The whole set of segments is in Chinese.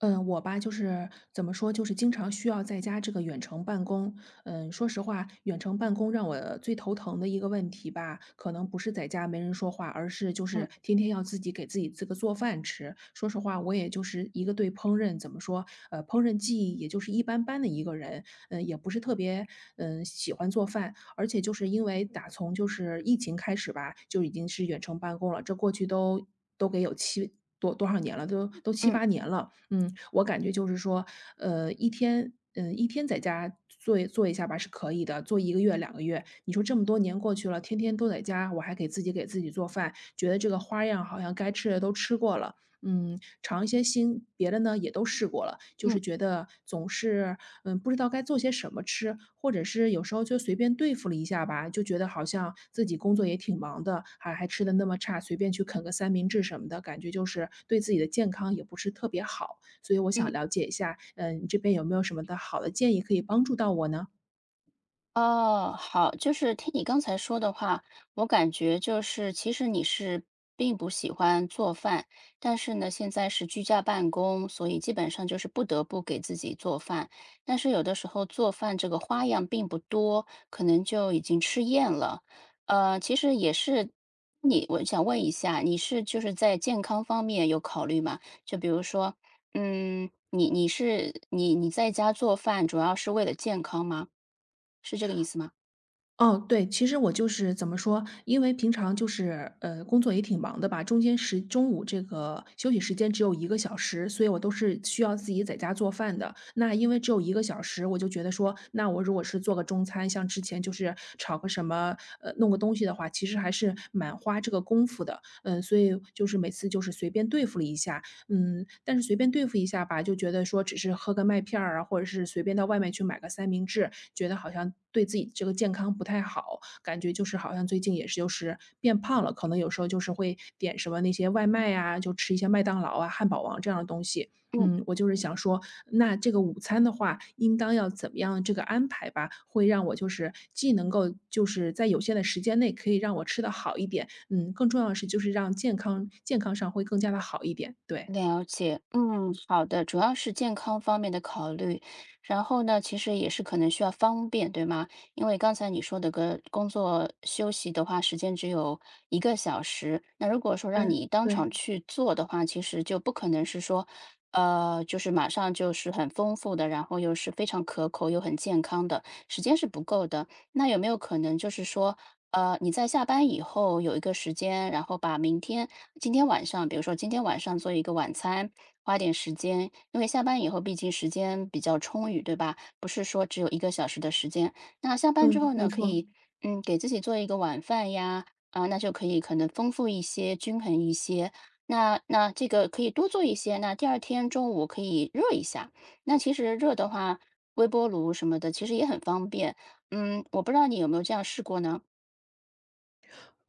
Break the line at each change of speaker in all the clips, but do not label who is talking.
嗯，我吧，就是怎么说，就是经常需要在家这个远程办公。嗯，说实话，远程办公让我最头疼的一个问题吧，可能不是在家没人说话，而是就
嗯
是天天要自己给自己这个做饭吃。说实话，我也就是一个对烹饪怎么说，烹饪技艺也就是一般般的一个人，嗯，也不是特别嗯喜欢做饭。而且就是因为打从就是疫情开始吧，就已经是远程办公了，这过去都都给有七多多少年了，都都七
嗯
八年了。嗯，我感觉就是说，一天在家做一下吧是可以的，做一个月、两个月，你说这么多年过去了，天天都在家，我还给自己做饭，觉得这个花样好像该吃的都吃过了。嗯，尝一些新别的呢也都试过了，就
嗯
是觉得总是嗯，不知道该做些什么吃，或者是有时候就随便对付了一下吧，就觉得好像自己工作也挺忙的，还吃的那么差，随便去啃个三明治什么的，感觉就是对自己的健康也不是特别好。所以我想
嗯。
了解一下，嗯，你这边有没有什么的好的建议可以帮助到我呢？
哦，好，听你刚才说的话，我感觉其实你并不喜欢做饭，但是呢，现在是居家办公，所以基本上不得不给自己做饭。但是有的时候做饭这个花样并不多，可能就已经吃厌了。呃，其实也是你，我想问一下，你在健康方面有考虑吗？就比如说，你你是你你在家做饭主要是为了健康吗？是这个意思吗？
哦，对，其实我就是怎么说，因为平常就是，工作也挺忙的吧，中间时中午这个休息时间只有一个小时，所以我都是需要自己在家做饭的。那因为只有一个小时，我就觉得说，那我如果是做个中餐，像之前就是炒个什么，弄个东西的话，其实还是蛮花这个功夫的。嗯，所以就是每次就是随便对付了一下，嗯，但是随便对付一下吧，就觉得说只是喝个麦片儿啊，或者是随便到外面去买个三明治，觉得好像对自己这个健康不太好，感觉就是好像最近也是就是变胖了，可能有时候就是会点什么那些外卖啊，就吃一些麦当劳啊、汉堡王这样的东西。
嗯，
嗯，我就是想说，那这个午餐的话，应当要怎么样这个安排吧，会让我就是既能够就是在有限的时间内可以让我吃得好一点，嗯，更重要的是就是让健康上会更加的好一点，对。
了解。嗯，好的，主要是健康方面的考虑，然后呢，其实也是可能需要方便，对吗？因为刚才你说的个工作休息的话，时间只有一个小时，那如果说让你
嗯，
当
对，
场去做的话，其实就不可能是说，马上很丰富的，然后又是非常可口又很健康的，时间是不够的。那有没有可能你在下班以后有一个时间，然后把明天今天晚上，比如说今天晚上做一个晚餐，花点时间，因为下班以后毕竟时间比较充裕，对吧？不是说只有一个小时的时间。那下班之
嗯，
后
没
呢，可
错。
以给自己做一个晚饭呀，啊，那就可能丰富一些，均衡一些。那这个可以多做一些，那第二天中午可以热一下。那其实热的话，微波炉什么的其实也很方便。嗯，我不知道你有没有这样试过呢？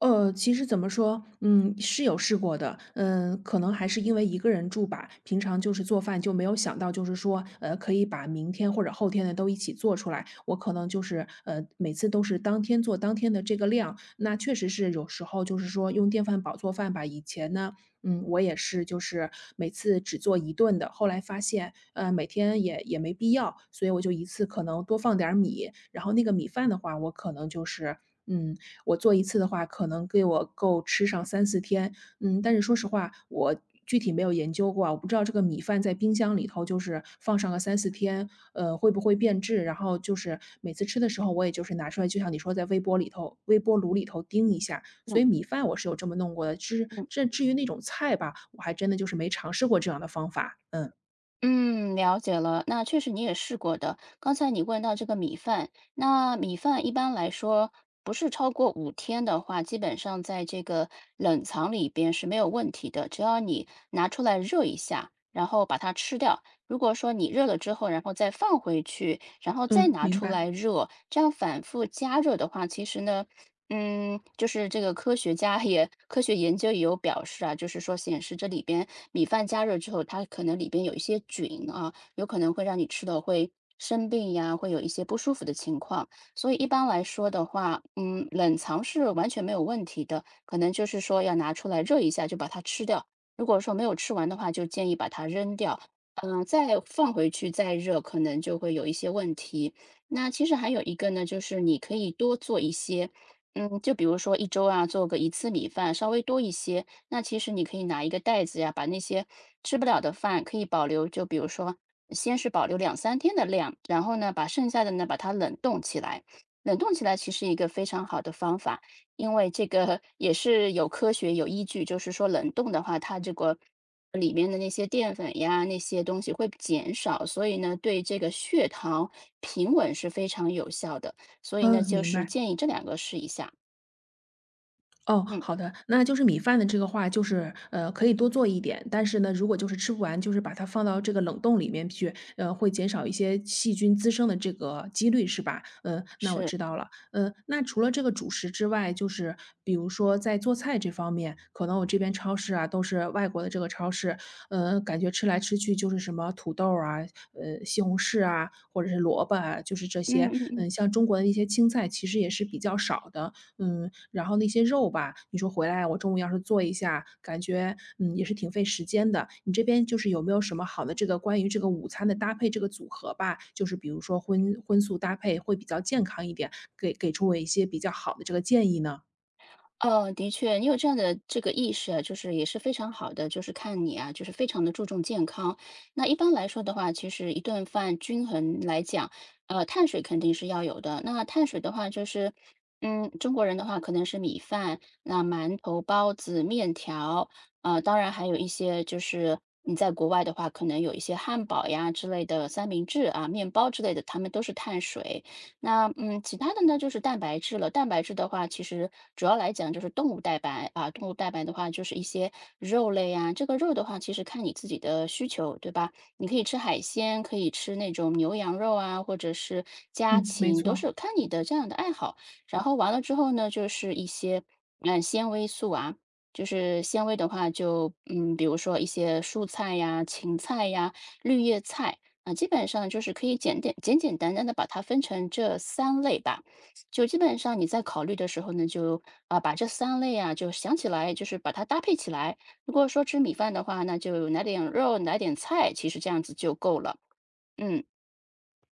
其实怎么说，嗯，是有试过的，嗯，可能还是因为一个人住吧，平常就是做饭就没有想到，就是说，可以把明天或者后天的都一起做出来。我可能就是，每次都是当天做当天的这个量，那确实是有时候就是说用电饭煲做饭吧。以前呢，嗯，我也是就是每次只做一顿的，后来发现，每天也没必要，所以我就一次可能多放点儿米，然后那个米饭的话，我可能就是。嗯，我做一次的话，可能给我够吃上三四天。嗯，但是说实话，我具体没有研究过啊，我不知道这个米饭在冰箱里头就是放上个三四天，会不会变质。然后就是每次吃的时候，我也就是拿出来，就像你说在微波炉里头叮一下。所
嗯
以米饭我是有这么弄过的，
嗯。
至于那种菜吧，我还真的就是没尝试过这样的方法。嗯，
嗯，了解了。那确实你也试过的。刚才你问到这个米饭，那米饭一般来说不是超过五天的话，基本上在这个冷藏里边是没有问题的。只要你拿出来热一下，然后把它吃掉。如果说你热了之后，然后再放回去，然后再
嗯，
拿
明
出
白，
来热，这样反复加热的话，其实呢，这个科学研究也有表示啊，就是说显示这里边米饭加热之后，它可能里边有一些菌啊，有可能会让你吃的会生病呀，会有一些不舒服的情况。所以一般来说的话，嗯，冷藏是完全没有问题的，可能就是说要拿出来热一下就把它吃掉。如果说没有吃完的话，就建议把它扔掉，嗯，再放回去再热，可能就会有一些问题。那其实还有一个呢，就是你可以多做一些。嗯，就比如说一周啊，做个一次米饭，稍微多一些。那其实你可以拿一个袋子呀，把那些吃不了的饭可以保留，就比如说，先是保留两三天的量，然后呢，把剩下的呢，把它冷冻起来。冷冻起来其实一个非常好的方法，因为这个也是有科学有依据，就是说冷冻的话，它这个里面的那些淀粉呀，那些东西会减少，所以呢，对这个血糖平稳是非常有效的。所以呢，
嗯，
就
明
是
白。
建议这两个试一下。
哦，
嗯，
好的，那就是米饭的这个话，就是可以多做一点，但是呢，如果就是吃不完，就是把它放到这个冷冻里面去，会减少一些细菌滋生的这个几率，是吧？嗯，那我
是，
知道了。嗯，那除了这个主食之外，就是比如说在做菜这方面，可能我这边超市啊都是外国的这个超市，感觉吃来吃去就是什么土豆儿啊，西红柿啊，或者是萝卜啊，就是这
嗯
些。
嗯嗯，
嗯，像中国的一些青菜其实也是比较少的，嗯，然后那些肉吧，你说回来我中午要是做一下，感觉，嗯，也是挺费时间的。你这边就是有没有什么好的这个关于这个午餐的搭配这个组合吧？就是比如说荤素搭配会比较健康一点，给出我一些比较好的这个建议呢？
哦，的确，你有这样的这个意识啊，也是非常好的，就是看你啊，就是非常的注重健康。那一般来说的话，其实一顿饭均衡来讲，碳水肯定是要有的。那碳水的话，中国人的话可能是米饭、那馒头、包子、面条，啊，当然还有一些就是你在国外的话，可能有一些汉堡呀之类的三明治啊、面包之类的，他们都是碳水。那嗯，其他的呢就是蛋白质了。蛋白质的话，其实主要来讲就是动物蛋白啊，动物蛋白的话就是一些肉类啊。这个肉的话，其实看你自己的需求，对吧？你可以吃海鲜，可以吃那种牛羊肉啊，或者是家
嗯，没
禽，都
错。
是看你的这样的爱好。然后完了之后呢，就是一些纤维素啊。就是纤维的话就，嗯，比如说一些蔬菜呀、芹菜呀、绿叶菜，啊，基本上就是可以简简单单的把它分成这三类吧。就基本上你在考虑的时候呢，就啊把这三类啊，就想起来，就是把它搭配起来。如果说吃米饭的话，那就来点肉，来点菜，其实这样子就够了。嗯，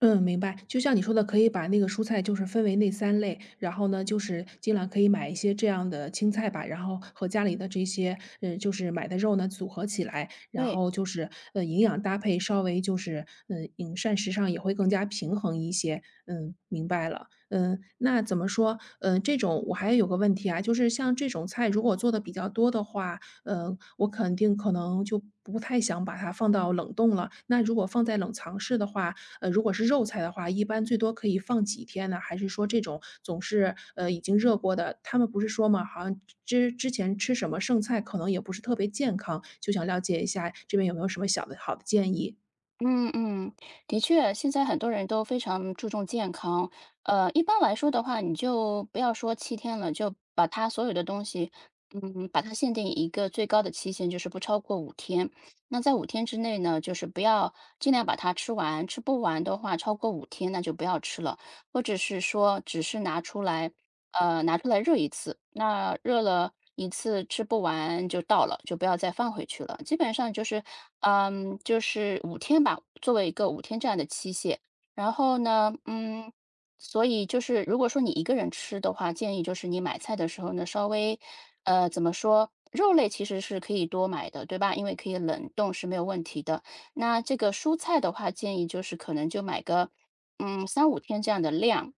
嗯，明白。就像你说的，可以把那个蔬菜就是分为那三类，然后呢，就是尽量可以买一些这样的青菜吧，然后和家里的这些，就是买的肉呢组合起来，然
对。
后就是，营养搭配稍微就是，嗯，饮膳食上也会更加平衡一些。嗯，明白了。嗯，那怎么说，嗯，这种我还有个问题啊，就是像这种菜如果做的比较多的话，嗯，我肯定可能就不太想把它放到冷冻了。那如果放在冷藏室的话，如果是肉菜的话，一般最多可以放几天呢？还是说这种总是，已经热过的他们不是说嘛，好像之前吃什么剩菜可能也不是特别健康，就想了解一下这边有没有什么小的好的建议？
嗯嗯，的确，现在很多人都非常注重健康。一般来说的话，你就不要说七天了，就把它所有的东西，嗯，把它限定一个最高的期限，就是不超过五天。那在五天之内呢，就是不要尽量把它吃完，吃不完的话，超过五天那就不要吃了，或者是说只是拿出来。呃，拿出来热一次，那热了一次吃不完就倒了，就不要再放回去了。基本上就是，嗯，就是五天吧，作为一个五天这样的期限。然后呢，嗯，所以就是如果说你一个人吃的话，建议就是你买菜的时候呢，稍微，呃，怎么说，肉类其实是可以多买的，对吧？因为可以冷冻是没有问题的。那这个蔬菜的话，建议就是可能就买个，嗯，三五天这样的量。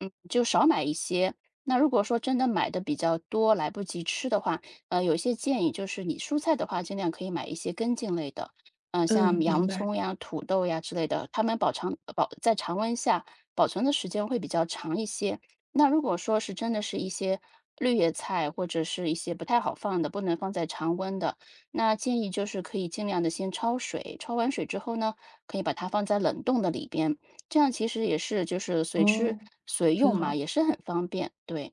嗯，就少买一些，那如果说真的买的比较多，来不及吃的话，有一些建议就是你蔬菜的话，尽量可以买一些根茎类的，嗯、像
嗯，明
洋
白，
葱呀、土豆呀之类的，它们保常保在常温下保存的时间会比较长一些。那如果说真的是一些绿叶菜或者是一些不太好放的，不能放在常温的，那建议就是可以尽量的先焯水，焯完水之后呢，可以把它放在冷冻的里边，这样其实也是就是随吃
哦，
随用
挺
嘛，
好。
也是很方便。对，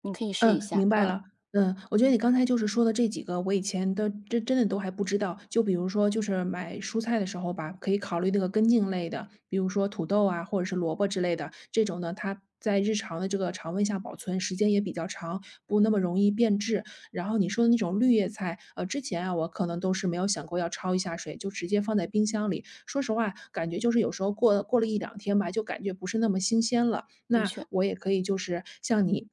你可以试一
嗯，
下。
明白
嗯，
了。嗯，我觉得你刚才就是说的这几个，我以前的这真的都还不知道。就比如说，就是买蔬菜的时候吧，可以考虑那个根茎类的，比如说土豆啊，或者是萝卜之类的。这种呢，它在日常的这个常温下保存时间也比较长，不那么容易变质。然后你说的那种绿叶菜，之前啊，我可能都是没有想过要焯一下水，就直接放在冰箱里。说实话，感觉就是有时候过了一两天吧，就感觉不是那么新鲜了。
的
那
确，
我也可以就是像你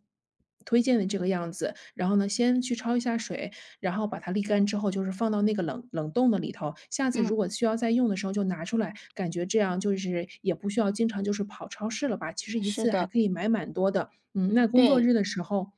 推荐的这个样子，然后呢，先去焯一下水，然后把它沥干之后，就是放到那个冷冻的里头。下次
嗯，
如果需要再用的时候就拿出来，感觉这样就是也不需要经常就是跑超市了吧，其实一
是
次还
的，
可以买蛮多的。嗯，那工作
对，
日的时候，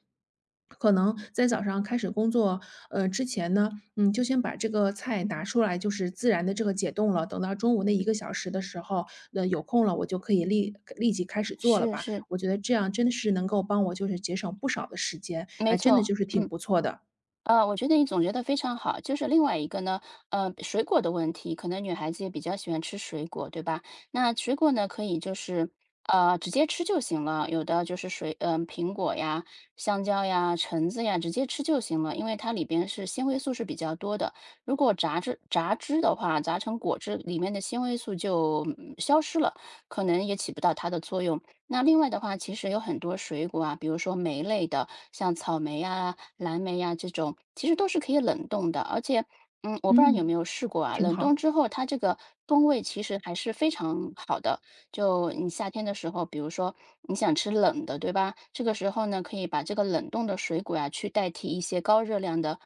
可能在早上开始工作，之前呢，嗯，就先把这个菜拿出来，就是自然的这个解冻了。等到中午那一个小时的时候，那有空了，我就可以立即开始做了
是
吧。
是，
我觉得这样真的是能够帮我就是节省不少的时间，
没
还真的
错，
就是挺
嗯。
不错的。
呃，我觉得你总结的非常好。就是另外一个呢，呃，水果的问题，可能女孩子也比较喜欢吃水果，对吧？那水果呢，可以直接吃就行了。有的就是苹果呀、香蕉呀、橙子呀，直接吃就行了，因为它里边是纤维素是比较多的。如果榨汁的话，榨成果汁，里面的纤维素就消失了，可能也起不到它的作用。那另外的话，其实有很多水果啊，比如说莓类的，像草莓呀、蓝莓呀、这种，其实都是可以冷冻的。而且，嗯，我不知道你有没
嗯，
有试过啊，
挺
冷
好，
冻之后它这个风味其实还是非常好的。就你夏天的时候，比如说你想吃冷的，对吧？这个时候呢，可以把这个冷冻的水果啊，去代替一些高热量的。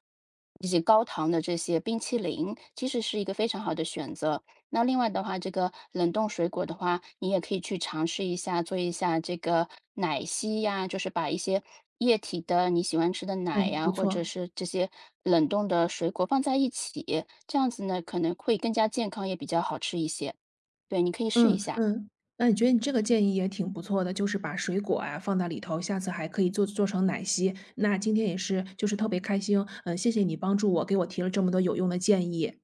以及高糖的这些冰淇淋，其实是一个非常好的选择。那另外的话，这个冷冻水果的话，你也可以去尝试一下，做一下这个奶昔呀，就是把一些液体的你喜欢吃的奶
哎，
呀，
不
或者
错，
是这些冷冻的水果放在一起，这样子呢，可能会更加健康，也比较好吃一些。对，你可以试一
嗯
下。
嗯。那你觉得你这个建议也挺不错的，就是把水果啊放到里头，下次还可以做成奶昔。那今天也是就是特别开心，嗯，谢谢你帮助我，给我提了这么多有用的建议。